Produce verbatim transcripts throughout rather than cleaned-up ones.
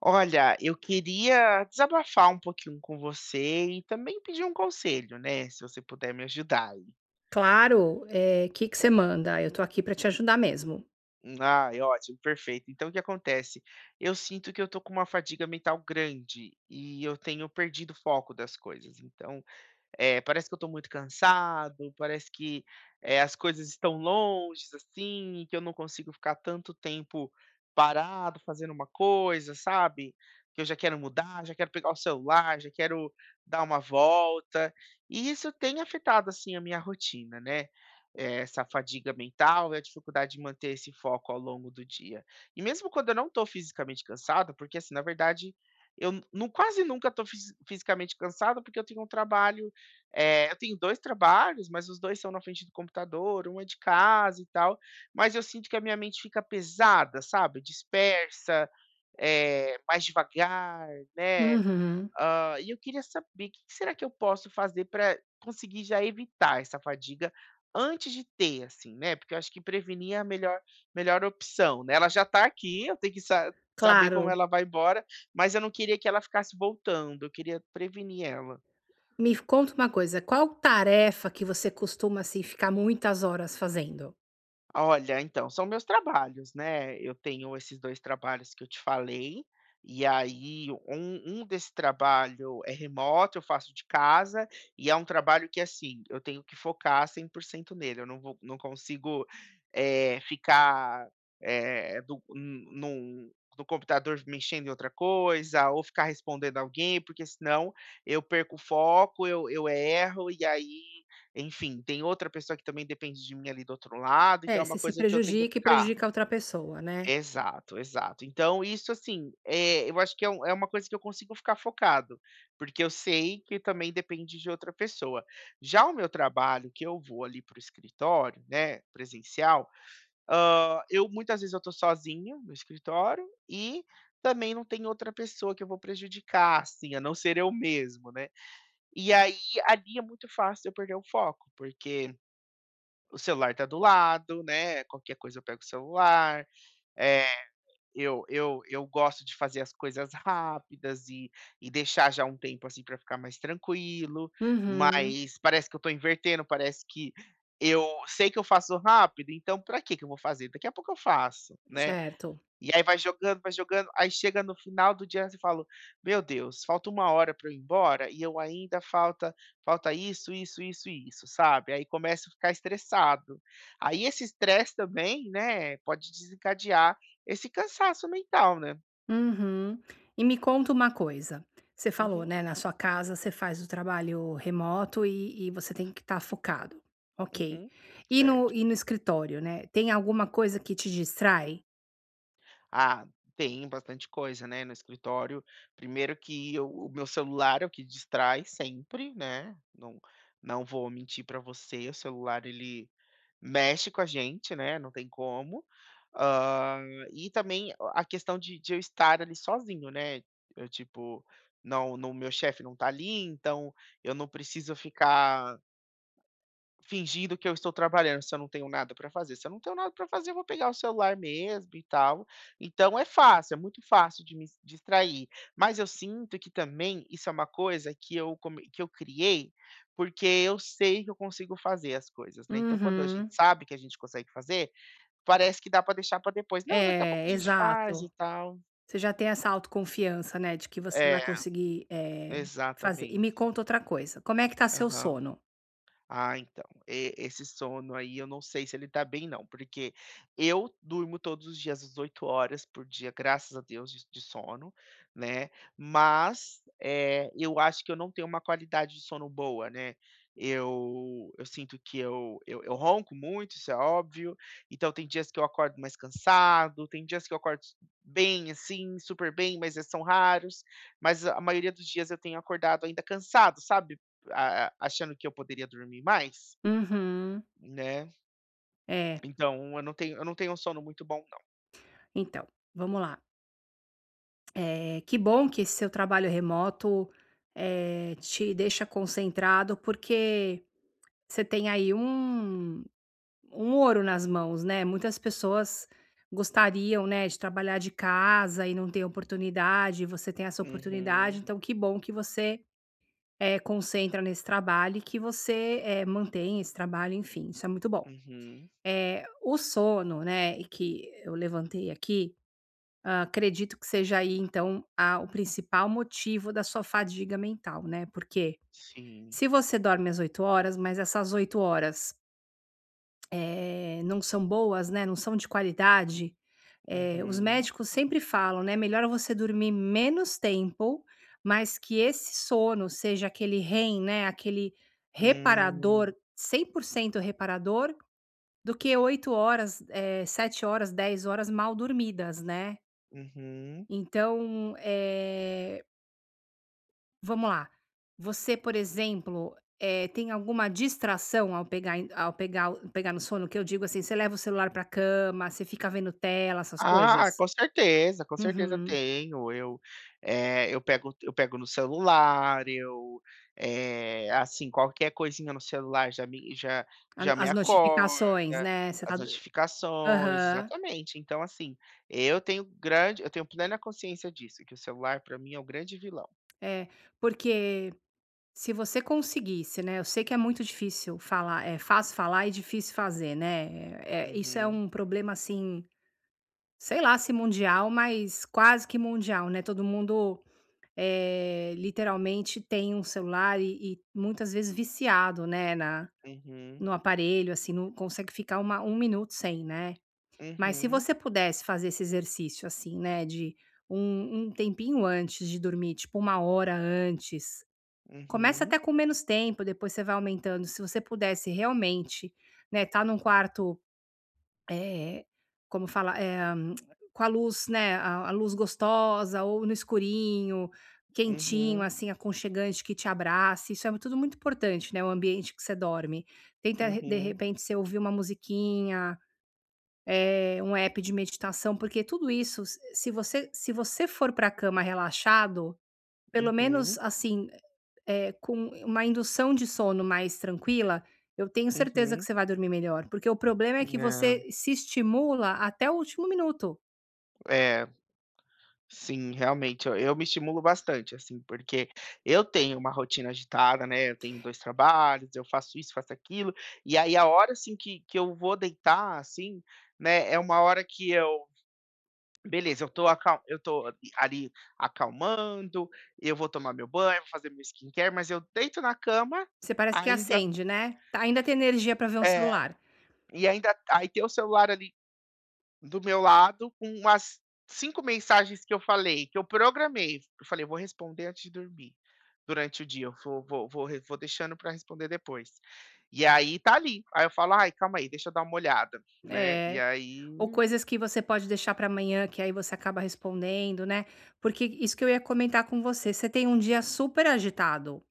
Olha, eu queria desabafar um pouquinho com você e também pedir um conselho, né? Se você puder me ajudar aí. Claro, eh, que que você manda? "Ah, eu tô aqui pra te ajudar mesmo". Ah, ótimo, perfeito. Então, o que acontece? Eu sinto que eu tô com uma fadiga mental grande e eu tenho perdido o foco das coisas. Então, Eh, parece que eu estou muito cansado, parece que, eh, as coisas estão longes, assim, e que eu não consigo ficar tanto tempo parado fazendo uma coisa, sabe. Que eu já quero mudar, já quero pegar o celular, já quero dar uma volta. E isso tem afetado, assim, a minha rotina, né. Eh, essa fadiga mental e a dificuldade de manter esse foco ao longo do dia. E mesmo quando eu não estou fisicamente cansado, porque, assim, na verdade, eu não quase nunca estou fisicamente cansado, porque eu tenho um trabalho eh, eu tenho dois trabalhos, mas os dois são na frente do computador, um é de casa e tal, mas eu sinto que a minha mente fica pesada, sabe, dispersa, eh, mais devagar, né. Uhum. Hã, e eu queria saber o que que será que eu posso fazer para conseguir já evitar essa fadiga antes de ter, assim, né, porque eu acho que prevenir é a melhor melhor opção, né. Ela já tá aqui, eu tenho que sa saber como Claro. ela vai embora, mas eu não queria que ela ficasse voltando, eu queria prevenir ela. Me conta uma coisa, qual tarefa que você costuma, assim, ficar muitas horas fazendo? Olha, então, são meus trabalhos, né. Eu tenho esses dois trabalhos que eu te falei, e aí um um desse trabalho é remoto, eu faço de casa, e é um trabalho que, assim, eu tenho que focar cem por cento nele, eu não vou não consigo, eh, ficar, eh, do n- num no computador mexendo em outra coisa, ou ficar respondendo alguém, porque senão eu perco o foco, eu eu erro, e aí enfim, tem outra pessoa que também depende de mim ali do outro lado, então é É, uma você se coisa que eu tenho que prejudica e ficar prejudica a outra pessoa, né. exato, exato. Então isso, assim, eh, eu acho que é um é uma coisa que eu consigo ficar focado, porque eu sei que também depende de outra pessoa. Já o meu trabalho, que eu vou ali para o escritório, né, presencial, hã, eu muitas vezes eu estou sozinho no escritório e também não tem outra pessoa que eu vou prejudicar, assim, a não ser eu mesmo, né. E aí, ali é muito fácil eu perder o foco, porque o celular tá do lado, né? Qualquer coisa eu pego o celular. É, eu, eu, eu gosto de fazer as coisas rápidas e, e deixar já um tempo assim para ficar mais tranquilo. Uhum. Mas parece que eu tô invertendo, parece que eu sei que eu faço rápido, então para que que eu vou fazer? Daqui a pouco eu faço, né? Certo. E aí vai jogando, vai jogando, aí chega no final do dia você fala: "Meu Deus, falta uma hora para eu ir embora e eu ainda falta falta isso, isso, isso e isso", sabe. Aí começa a ficar estressado. Aí esse estresse também, né, pode desencadear esse cansaço mental, né. Uhum. E me conta uma coisa, você falou, Uhum, né, na sua casa você faz o trabalho remoto e e você tem que estar focado, ok. uhum, E no certo. e no escritório, né, tem alguma coisa que te distrai? Ah, tem bastante coisa, né, no escritório. Primeiro que eu o meu celular é o que distrai sempre, né, não não vou mentir para você, o celular ele mexe com a gente, né, não tem como. Hã, e também a questão de de eu estar ali sozinho, né, eu tipo, não não meu chefe não tá ali, então eu não preciso ficar fingindo que eu estou trabalhando, se eu não tenho nada para fazer. Se eu não tenho nada para fazer, eu vou pegar o celular mesmo e tal. Então é fácil, é muito fácil de me distrair. Mas eu sinto que também isso é uma coisa que eu, come- que eu criei, porque eu sei que eu consigo fazer as coisas, né? Então, quando a gente Uhum. sabe que a gente consegue fazer, parece que dá para deixar para depois. Não, daqui a pouco a É, gente faz exato. e tal. Você já tem essa autoconfiança, né, de que você vai É, conseguir, eh, fazer. E me exatamente. conta outra coisa, como é que tá seu Aham. sono? Ah, então, e esse sono aí eu não sei se ele tá bem não, porque eu durmo todos os dias às oito horas por dia, graças a Deus, de de sono, né, mas, eh, eu acho que eu não tenho uma qualidade de sono boa, né. Eu eu sinto que eu eu eu ronco muito, isso é óbvio, então tem dias que eu acordo mais cansado, tem dias que eu acordo bem, assim, super bem, mas, esses são raros, mas a maioria dos dias eu tenho acordado ainda cansado, sabe? A- achando que eu poderia dormir mais, Uhum. né? É, Então eu não tenho, eu não tenho um sono muito bom, não. então, vamos lá. Eh, que bom que esse seu trabalho remoto, eh, te deixa concentrado, porque você tem aí um um ouro nas mãos, né. Muitas pessoas gostariam, né, de trabalhar de casa e não tem oportunidade, e você tem essa oportunidade, Uhum, então que bom que você eh, concentra nesse trabalho e que você, eh, mantém esse trabalho, enfim, isso é muito bom. uhum, Eh, o sono, né, e que eu levantei aqui, hã, acredito que seja aí então a o principal motivo da sua fadiga mental, né, porque sim, se você dorme às oito horas, mas essas oito horas eh, não são boas, né, não são de qualidade, eh, os uhum, médicos sempre falam, né, melhor você dormir menos tempo, mas que esse sono seja aquele REM, né, aquele hum, reparador, cem por cento reparador, do que oito horas, eh, sete horas, dez horas mal dormidas, né. uhum. Então, eh vamos lá. Você, por exemplo, eh, tem alguma distração ao pegar em ao pegar o pegar no sono? Que eu digo assim, você leva o celular pra cama, você fica vendo tela, essas Ah, coisas? com certeza, com certeza Uhum. tenho. Eu, eh, eu pego eu pego no celular, eu, eh, assim, qualquer coisinha no celular já me já A já me as notificações, acorda, né, você as tá do notificações, aham. exatamente. Então, assim, eu tenho grande eu tenho plena consciência disso, que o celular para mim é o grande vilão. É, porque se você conseguisse, né, eu sei que é muito difícil falar é fácil falar e difícil fazer, né, eh, isso é Uhum, um problema, assim, sei lá se mundial, mas quase que mundial, né, todo mundo eh, literalmente tem um celular e e muitas vezes viciado, né, na uhum, no aparelho, assim, não consegue ficar uma um minuto sem, né. Mas se uhum, você pudesse fazer esse exercício, assim, né, de um um tempinho antes de dormir, tipo uma hora antes, começa uhum, até com menos tempo, depois você vai aumentando. Se você pudesse realmente, né, estar num quarto é, como fala, eh, com a luz, né, a a luz gostosa ou no escurinho, quentinho, uhum, assim, aconchegante, que te abrace, isso é tudo muito importante, né, o ambiente que você dorme. Tenta re de uhum, repente você ouvir uma musiquinha, eh, um app de meditação, porque tudo isso, se se você se você for para a cama relaxado pelo menos, uhum, assim, eh, com uma indução de sono mais tranquila, eu tenho uhum. certeza que Uhum. você vai dormir melhor, porque o problema é que É. você se estimula até o último minuto. É. Sim, realmente, eu eu me estimulo bastante, assim, porque eu tenho uma rotina agitada, né, eu tenho dois trabalhos, eu faço isso, faço aquilo, e aí a hora, assim, que que eu vou deitar, assim, né, é uma hora que eu beleza, eu tô acal eu tô ali acalmando, eu vou tomar meu banho, vou fazer meu skincare, mas eu deito na cama, Você parece que ainda acende, né, tá ainda tem energia para ver um é, celular. e ainda aí tem o celular ali do meu lado com umas cinco mensagens que eu falei, que eu programei. Eu falei: "Vou responder antes de dormir, durante o dia, eu vou vou vou re vou deixando para responder depois". E aí tá ali, aí eu falo: "Ai, calma aí, deixa eu dar uma olhada", né, e É, aí ou coisas que você pode deixar para amanhã, que aí você acaba respondendo, né. Porque isso que eu ia comentar com você, você tem um dia super agitado,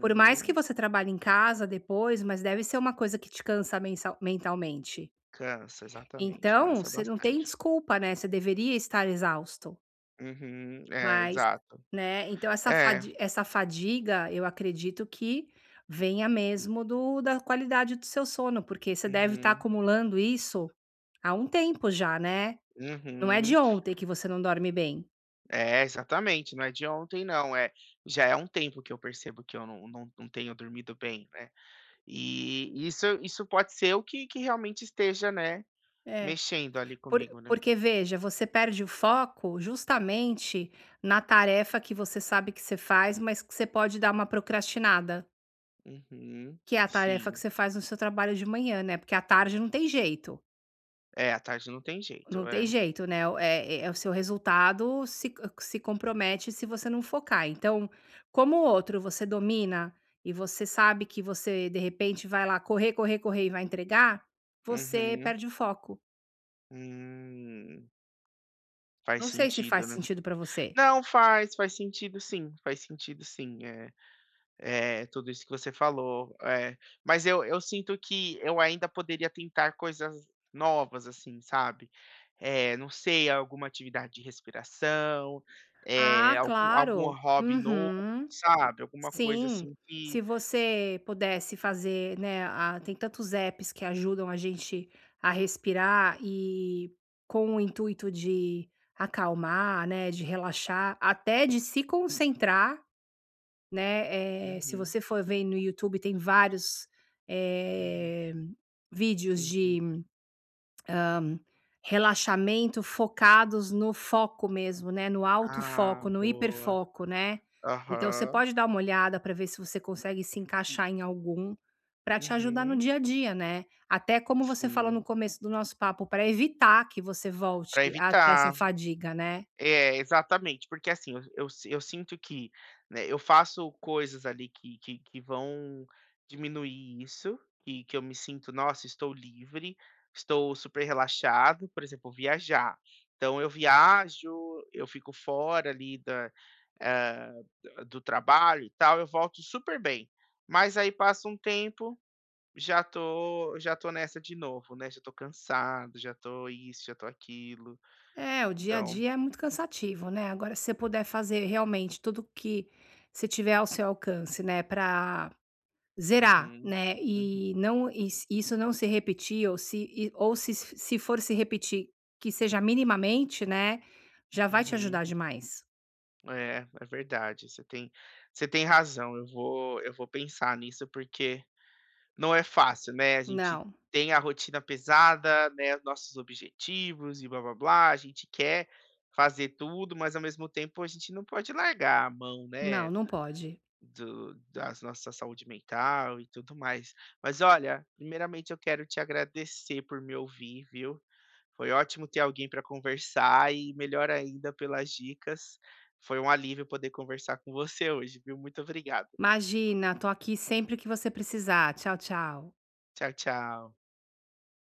por mais que você trabalhe em casa depois, mas deve ser uma coisa que te cansa mensal mentalmente. cansa, exatamente, Então, cansa você não tem bastante. desculpa, né, você deveria estar exausto, Uhum, é, mas, exato. né, então essa É, fadi essa fadiga, eu acredito que venha mesmo do da qualidade do seu sono, porque você deve estar uhum, acumulando isso há um tempo já, né. Não é uhum. de ontem que você não dorme bem. É, exatamente, não é de ontem não, é já é um tempo que eu percebo que eu não não não tenho dormido bem, né. E isso isso pode ser o que que realmente esteja, né, É, mexendo ali por comigo, né. porque veja, você perde o foco justamente na tarefa que você sabe que você faz, mas que você pode dar uma procrastinada. Uhum, Que é a tarefa que sim. você faz no seu trabalho de manhã, né, porque à tarde não tem jeito, É, à tarde não tem não jeito, tem é. jeito, né. O- É eh, o seu resultado se se compromete se você não focar. Então, como o outro você domina e você sabe que você, de repente, vai lá correr, correr, correr e vai entregar, você Uhum. perde o foco. Hum, faz Não sei se sentido, faz né. sentido pra você. Não, faz, faz sentido sim, faz sentido sim, é. É, tudo isso que você falou, é. Mas eu eu sinto que eu ainda poderia tentar coisas novas, assim, sabe. Eh, não sei, alguma atividade de respiração, eh, Ah, algum algum claro. hobby novo, Uhum. sabe, alguma coisa Sim, assim que se você pudesse fazer, né, a tem tantos apps que ajudam a gente a respirar e com o intuito de acalmar, né, de relaxar, até de se concentrar, né, eh, se uhum, você for ver no YouTube tem vários, uhum, eh, vídeos uhum. de relaxamento focados no foco mesmo, né, no alto Ah, foco, no boa. hiperfoco, né. Então você Aham. pode dar uma olhada para ver se você consegue se encaixar em algum, para te ajudar no Uhum, dia a dia, né. Até como você falou sim, no começo do nosso papo, para evitar que você volte para a ter essa evitar. fadiga, né. É, exatamente, porque assim, eu eu si eu sinto que, né, eu faço coisas ali que que que vão diminuir isso, que que eu me sinto: "Nossa, estou livre, estou super relaxado", por exemplo, viajar. Então eu viajo, eu fico fora ali da eh, d- do trabalho e tal, eu volto super bem. Mas aí passa um tempo, já tô já tô nessa de novo, né, já tô cansado, já tô isso, já tô aquilo. É, o dia a Então dia é muito cansativo, né. Agora se você puder fazer realmente tudo que você tiver ao seu alcance, né, para zerar, uhum. né, Uhum. e não e se isso não se repetir ou se e ou se se for se repetir, que seja minimamente, né, já vai te Uhum. ajudar demais. É, é verdade, você tem você tem razão, eu vou eu vou pensar nisso, porque não é fácil, né, a gente Não, tem a rotina pesada, né, os nossos objetivos e blá-blá-blá, a gente quer fazer tudo, mas ao mesmo tempo a gente não pode largar a mão, não, né, não pode. do das nossa saúde mental e tudo mais. Mas olha, primeiramente eu quero te agradecer por me ouvir, viu? Foi ótimo ter alguém para conversar e melhor ainda pelas dicas. Foi um alívio poder conversar com você hoje, viu? Muito obrigado. Imagina, tô aqui sempre que você precisar. Tchau, tchau. Tchau, tchau.